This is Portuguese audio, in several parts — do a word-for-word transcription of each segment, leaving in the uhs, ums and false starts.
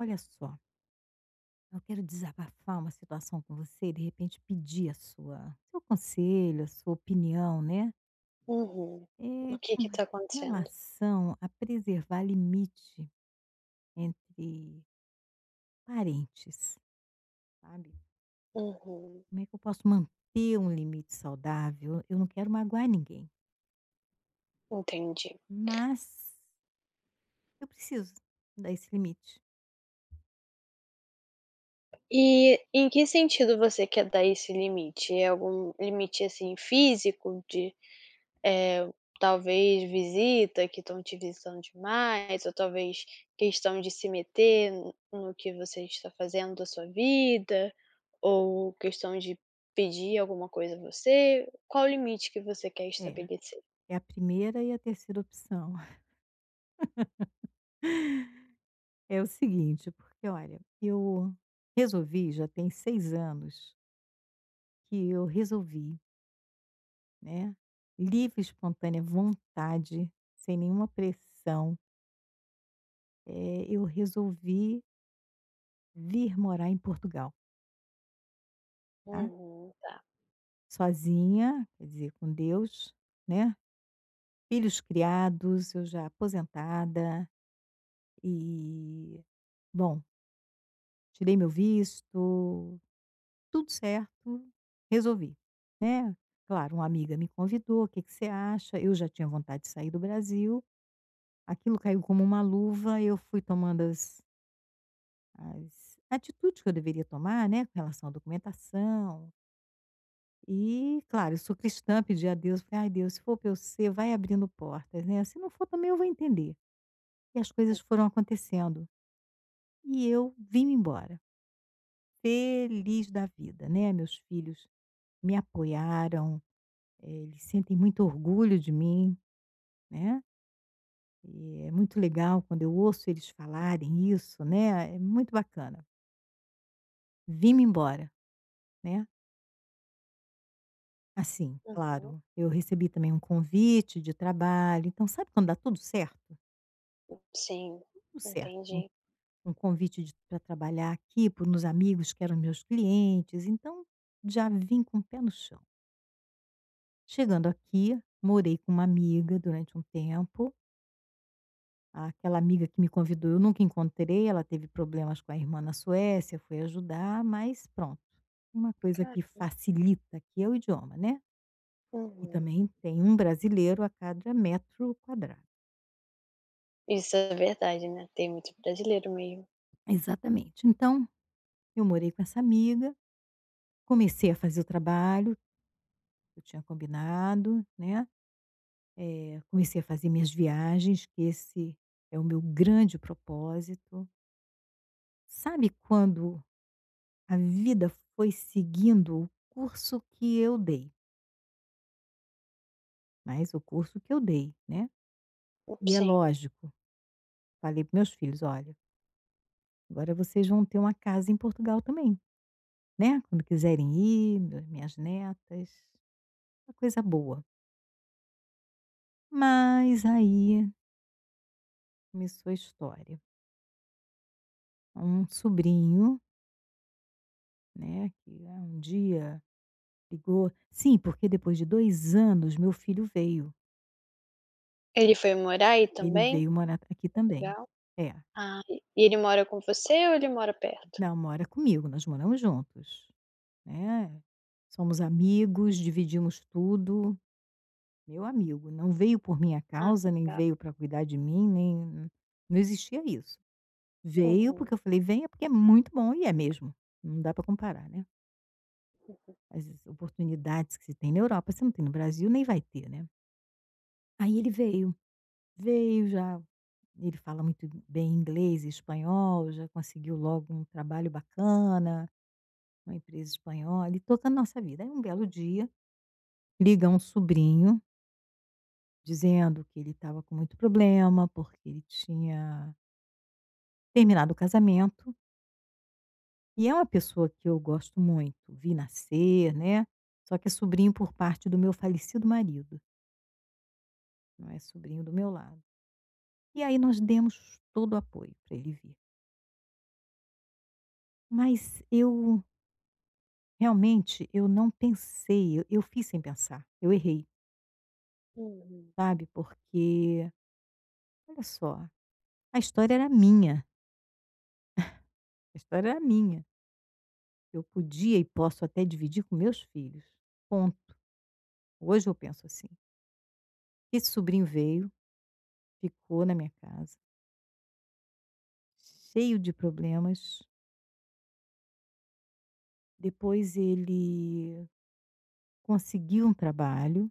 Olha só, eu quero desabafar uma situação com você e de repente pedir a sua seu conselho, a sua opinião, né, Uhum. O eh, que com que tá acontecendo? relação a preservar limite entre parentes, sabe. Uhum, Como é que eu posso manter um limite saudável? Eu não quero magoar ninguém, entendi. mas eu preciso dar esse limite. E em que sentido você quer dar esse limite? É algum limite, assim, físico de, eh, talvez visita, que estão te visitando demais, ou talvez questão de se meter no no que você está fazendo da sua vida, ou questão de pedir alguma coisa a você? Qual o limite que você quer É, estabelecer? é a primeira e a terceira opção. É o seguinte, porque olha, eu resolvi já tem seis anos que eu resolvi, né, livre, espontânea vontade, sem nenhuma pressão, eh, eu resolvi vir morar em Portugal, tá. Uhum, tá. Sozinha, quer dizer, com Deus, né, filhos criados, eu já aposentada e, bom, tirei meu visto, tudo certo, resolvi, né. Claro, uma amiga me convidou: "O que que você acha?". Eu já tinha vontade de sair do Brasil. Aquilo caiu como uma luva, eu fui tomando as as atitudes que eu deveria tomar, né, com relação à documentação. E, claro, eu sou cristã, pedi a Deus, falei: "Ai, Deus, se for pra eu ser, vai abrindo portas, né, se não for também eu vou entender". E as coisas foram acontecendo. E eu vim embora, feliz da vida, né, meus filhos me apoiaram, eh, eles sentem muito orgulho de mim, né, e é muito legal quando eu ouço eles falarem isso, né, é muito bacana. Vim embora. Né, assim, Uhum. claro, eu recebi também um convite de trabalho, então sabe quando dá tudo certo? Sim, Tudo certo, um entendi. um convite para trabalhar aqui por uns amigos que eram meus clientes, então já vim com o pé no chão. Chegando aqui, morei com uma amiga durante um tempo, aquela amiga que me convidou eu nunca encontrei, ela teve problemas com a irmã na Suécia, foi ajudar, mas pronto, uma coisa que Caramba. facilita aqui é o idioma, né, e Uhum. também tem um brasileiro a cada metro quadrado. Isso é verdade, né, tem muito brasileiro mesmo. Exatamente. Então, eu morei com essa amiga, comecei a fazer o trabalho que eu tinha combinado, né, eh, comecei a fazer minhas viagens, que esse é o meu grande propósito. Sabe quando a vida foi seguindo o curso que eu dei, mas o curso que eu dei, né. E é Sim. lógico, falei para meus filhos: "Olha, agora vocês vão ter uma casa em Portugal também, né, quando quiserem ir, minhas minhas netas, uma coisa boa". Mas aí começou a história. Um sobrinho, né, que, ah, um dia ligou sim, porque depois de dois anos meu filho veio. Ele foi morar aí Ele também? veio morar aqui também. Portugal? É, Ah, e e ele mora com você ou ele mora perto? não, mora comigo, nós moramos juntos, né. Somos amigos, dividimos tudo, meu amigo. Não veio por minha Ah, causa, nem legal. veio para cuidar de mim, nem não existia isso. Veio Uhum, porque eu falei: "Venha", porque é muito bom e é mesmo, não dá para comparar, né. As oportunidades que se tem na Europa, você não tem no Brasil, nem vai ter, né. Aí ele veio, veio já ele fala muito bem inglês e espanhol, já conseguiu logo um trabalho bacana, uma empresa espanhola e tocando nossa vida. Aí um belo dia, liga um sobrinho dizendo que ele estava com muito problema, porque ele tinha terminado o casamento, e é uma pessoa que eu gosto muito, vi nascer, né, só que é sobrinho por parte do meu falecido marido, não é sobrinho do meu lado. E aí nós demos todo o apoio para ele vir. Mas eu realmente eu não pensei, eu eu fiz sem pensar, eu errei, uhum, sabe? Porque, olha só, a história era minha, a história era minha. Eu podia e posso até dividir com meus filhos. Ponto. Hoje eu penso assim. Esse sobrinho veio, ficou na minha casa, cheio de problemas. Depois ele conseguiu um trabalho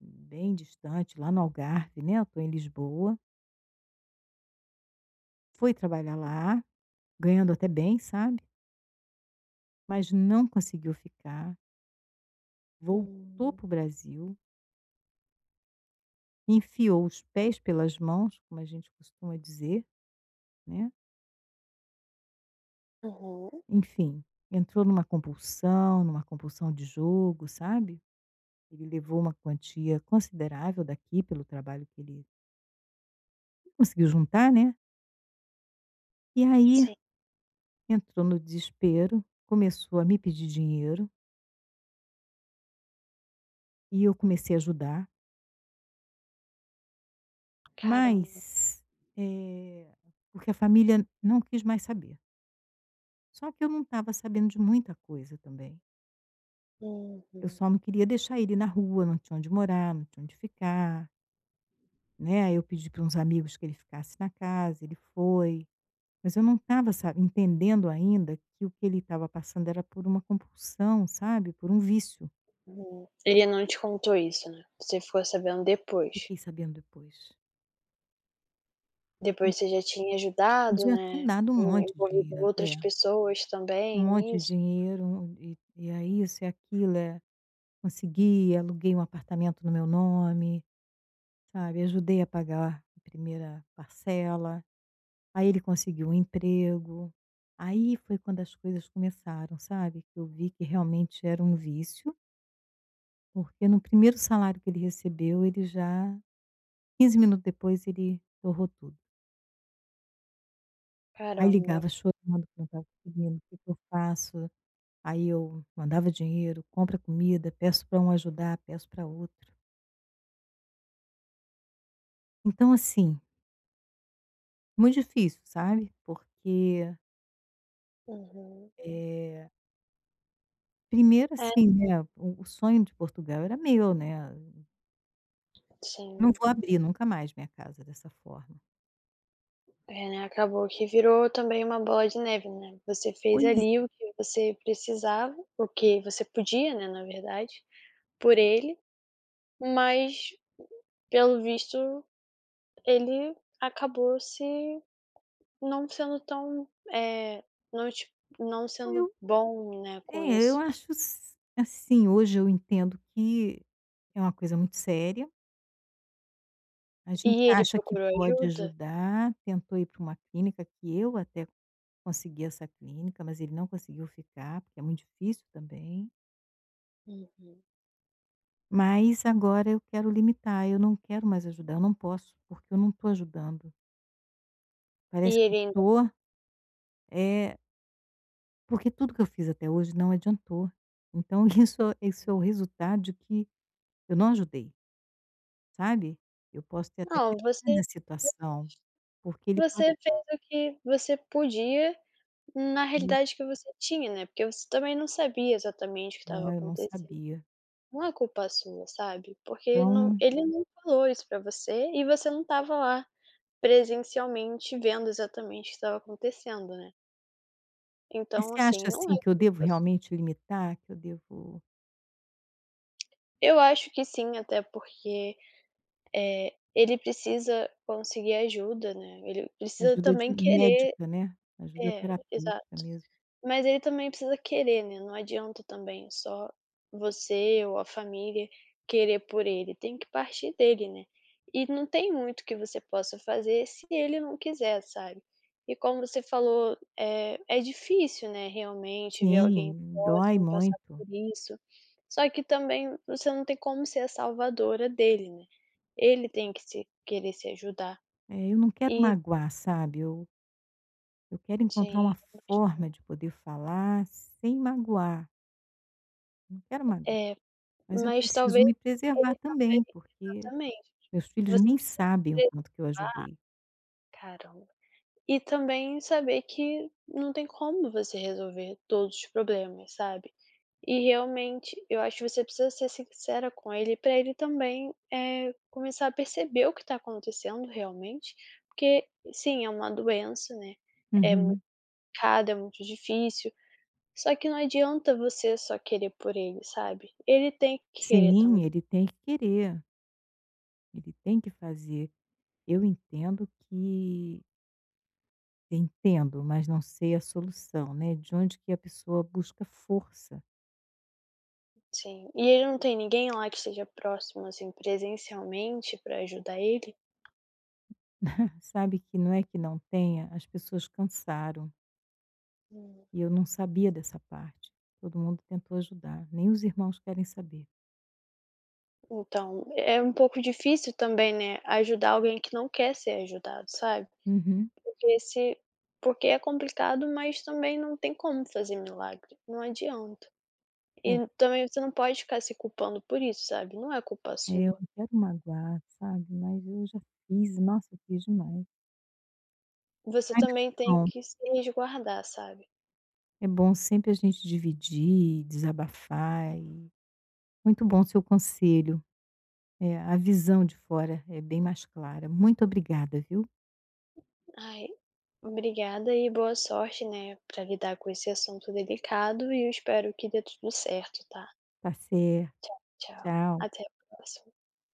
bem distante, lá no Algarve, né? Eu estou em Lisboa. Foi trabalhar lá, ganhando até bem, sabe, mas não conseguiu ficar, voltou hum, para o Brasil, enfiou os pés pelas mãos, como a gente costuma dizer, né, uhum, enfim, entrou numa compulsão, numa compulsão de jogo, sabe. Ele levou uma quantia considerável daqui pelo trabalho que ele conseguiu juntar, né, e aí sim. entrou no desespero, começou a me pedir dinheiro e eu comecei a ajudar. Caramba. Mas, eh, porque a família não quis mais saber. Só que eu não estava sabendo de muita coisa também. Eu Uhum, só não queria deixar ele na rua, não tinha onde morar, não tinha onde ficar, né. Aí eu pedi para uns amigos que ele ficasse na casa, ele foi. Mas eu não estava entendendo ainda que o que ele estava passando era por uma compulsão, sabe, por um vício. uhum. Ele não te contou isso, né, você ficou sabendo depois. Fiquei sabendo depois. Ele Depois você já tinha ajudado, podia ter né, dado um en monte de envolvido dinheiro. outras É, pessoas um também monte de nisso. dinheiro, um e e é isso, é aquilo, é consegui, aluguei um apartamento no meu nome, sabe, ajudei a pagar a primeira parcela, aí ele conseguiu um emprego. Aí foi quando as coisas começaram, sabe, que eu vi que realmente era um vício, porque no primeiro salário que ele recebeu, ele já quinze minutos depois ele torrou tudo. Aí Caramba. ligava chorando que não estava conseguindo, o que que eu faço? Aí eu mandava dinheiro, compra comida, peço para um ajudar, peço para outro. Então assim muito difícil, sabe, porque, Uhum. eh, primeiro É, assim, né, o o sonho de Portugal era meu, né, não sim. vou abrir nunca mais minha casa dessa forma. É, né, acabou que virou também uma bola de neve, né. Você fez Pois ali é, o que você precisava, o que você podia, né, na verdade, por ele, mas pelo visto ele acabou se não sendo tão, é, não te não então sendo eu bom, né, com é, eu isso. acho s assim, hoje eu entendo que é uma coisa muito séria, a gente E ele acha que procurou pode ajuda? ajudar, tentou ir pra uma clínica que eu até consegui essa clínica, mas ele não conseguiu ficar, porque é muito difícil também. Uhum. Mas agora eu quero limitar, eu não quero mais ajudar, eu não posso, porque eu não estou ajudando. Parece E que ele eu ainda tô, eh, porque tudo que eu fiz até hoje não adiantou. Então isso isso é o resultado de que eu não ajudei, sabe. Eu posso ter até não, você piorado a situação, porque ele pode você fez o que você podia na ter dito, realidade que você tinha, né, porque você também não sabia exatamente o que estava "Não, eu não acontecendo. sabia". Não é culpa sua, sabe, porque não Então, ele. Hum. Não falou isso pra você e você não estava lá presencialmente vendo exatamente o que estava acontecendo, né. mas Então, você assim, acha, não é assim, que eu devo culpa su, realmente limitar, que eu devo eu acho que sim, até porque, eh, ele precisa conseguir ajuda, né, ele precisa ajuda também de querer. médica, né, ajuda É, terapêutica exato. mesmo. Mas ele também precisa querer, né, não adianta também só você ou a família querer por ele, tem que partir dele, né. E não tem muito que você possa fazer se ele não quiser, sabe. E como você falou, é é difícil, né, realmente ver alguém Sim, dói próximo passar muito. por isso, só que também você não tem como ser a salvadora dele, né. Ele tem que se querer se ajudar. É, eu não quero E magoar, sabe, eu eu quero encontrar sim, uma mas forma de poder falar sem magoar, não quero magoar, é, mas eu mas preciso talvez me preservar ele também, também, porque exatamente. meus filhos Você nem precisa, sabem o pre, tanto que eu ajudei. caramba. E também saber que não tem como você resolver todos os problemas, sabe. E realmente, eu acho que você precisa ser sincera com ele, pra ele também, eh, começar a perceber o que tá acontecendo realmente, porque sim, é uma doença, né, é Uhum. complicado, é muito difícil, só que não adianta você só querer por ele, sabe. Ele tem que querer. Sim, ele tem que querer, ele tem que fazer. Eu entendo que entendo, mas não sei a solução, né, de onde que a pessoa busca força, Sim. E ele não tem ninguém lá que esteja próximo, assim, presencialmente pra ajudar ele? sabe, que não é que não tenha, as pessoas cansaram. Hum. E eu não sabia dessa parte. Todo mundo tentou ajudar, nem os irmãos querem saber. Então, é um pouco difícil também, né, ajudar alguém que não quer ser ajudado, sabe. Uhum. Porque se, porque é complicado, mas também não tem como fazer milagre, não adianta. É, E também você não pode ficar se culpando por isso, sabe, não é culpa é, eu sua. não quero magoar, sabe, mas eu já fiz, nossa, eu fiz demais. Você Ai, mas também que tem bom. que se resguardar, sabe. É bom sempre a gente dividir, desabafar e muito bom seu conselho. É, a visão de fora é bem mais clara. Muito obrigada, viu. Ai, obrigada e boa sorte, né, pra lidar com esse assunto delicado e eu espero que dê tudo certo, tá? Tá certo, Tchau, tchau. até a próxima.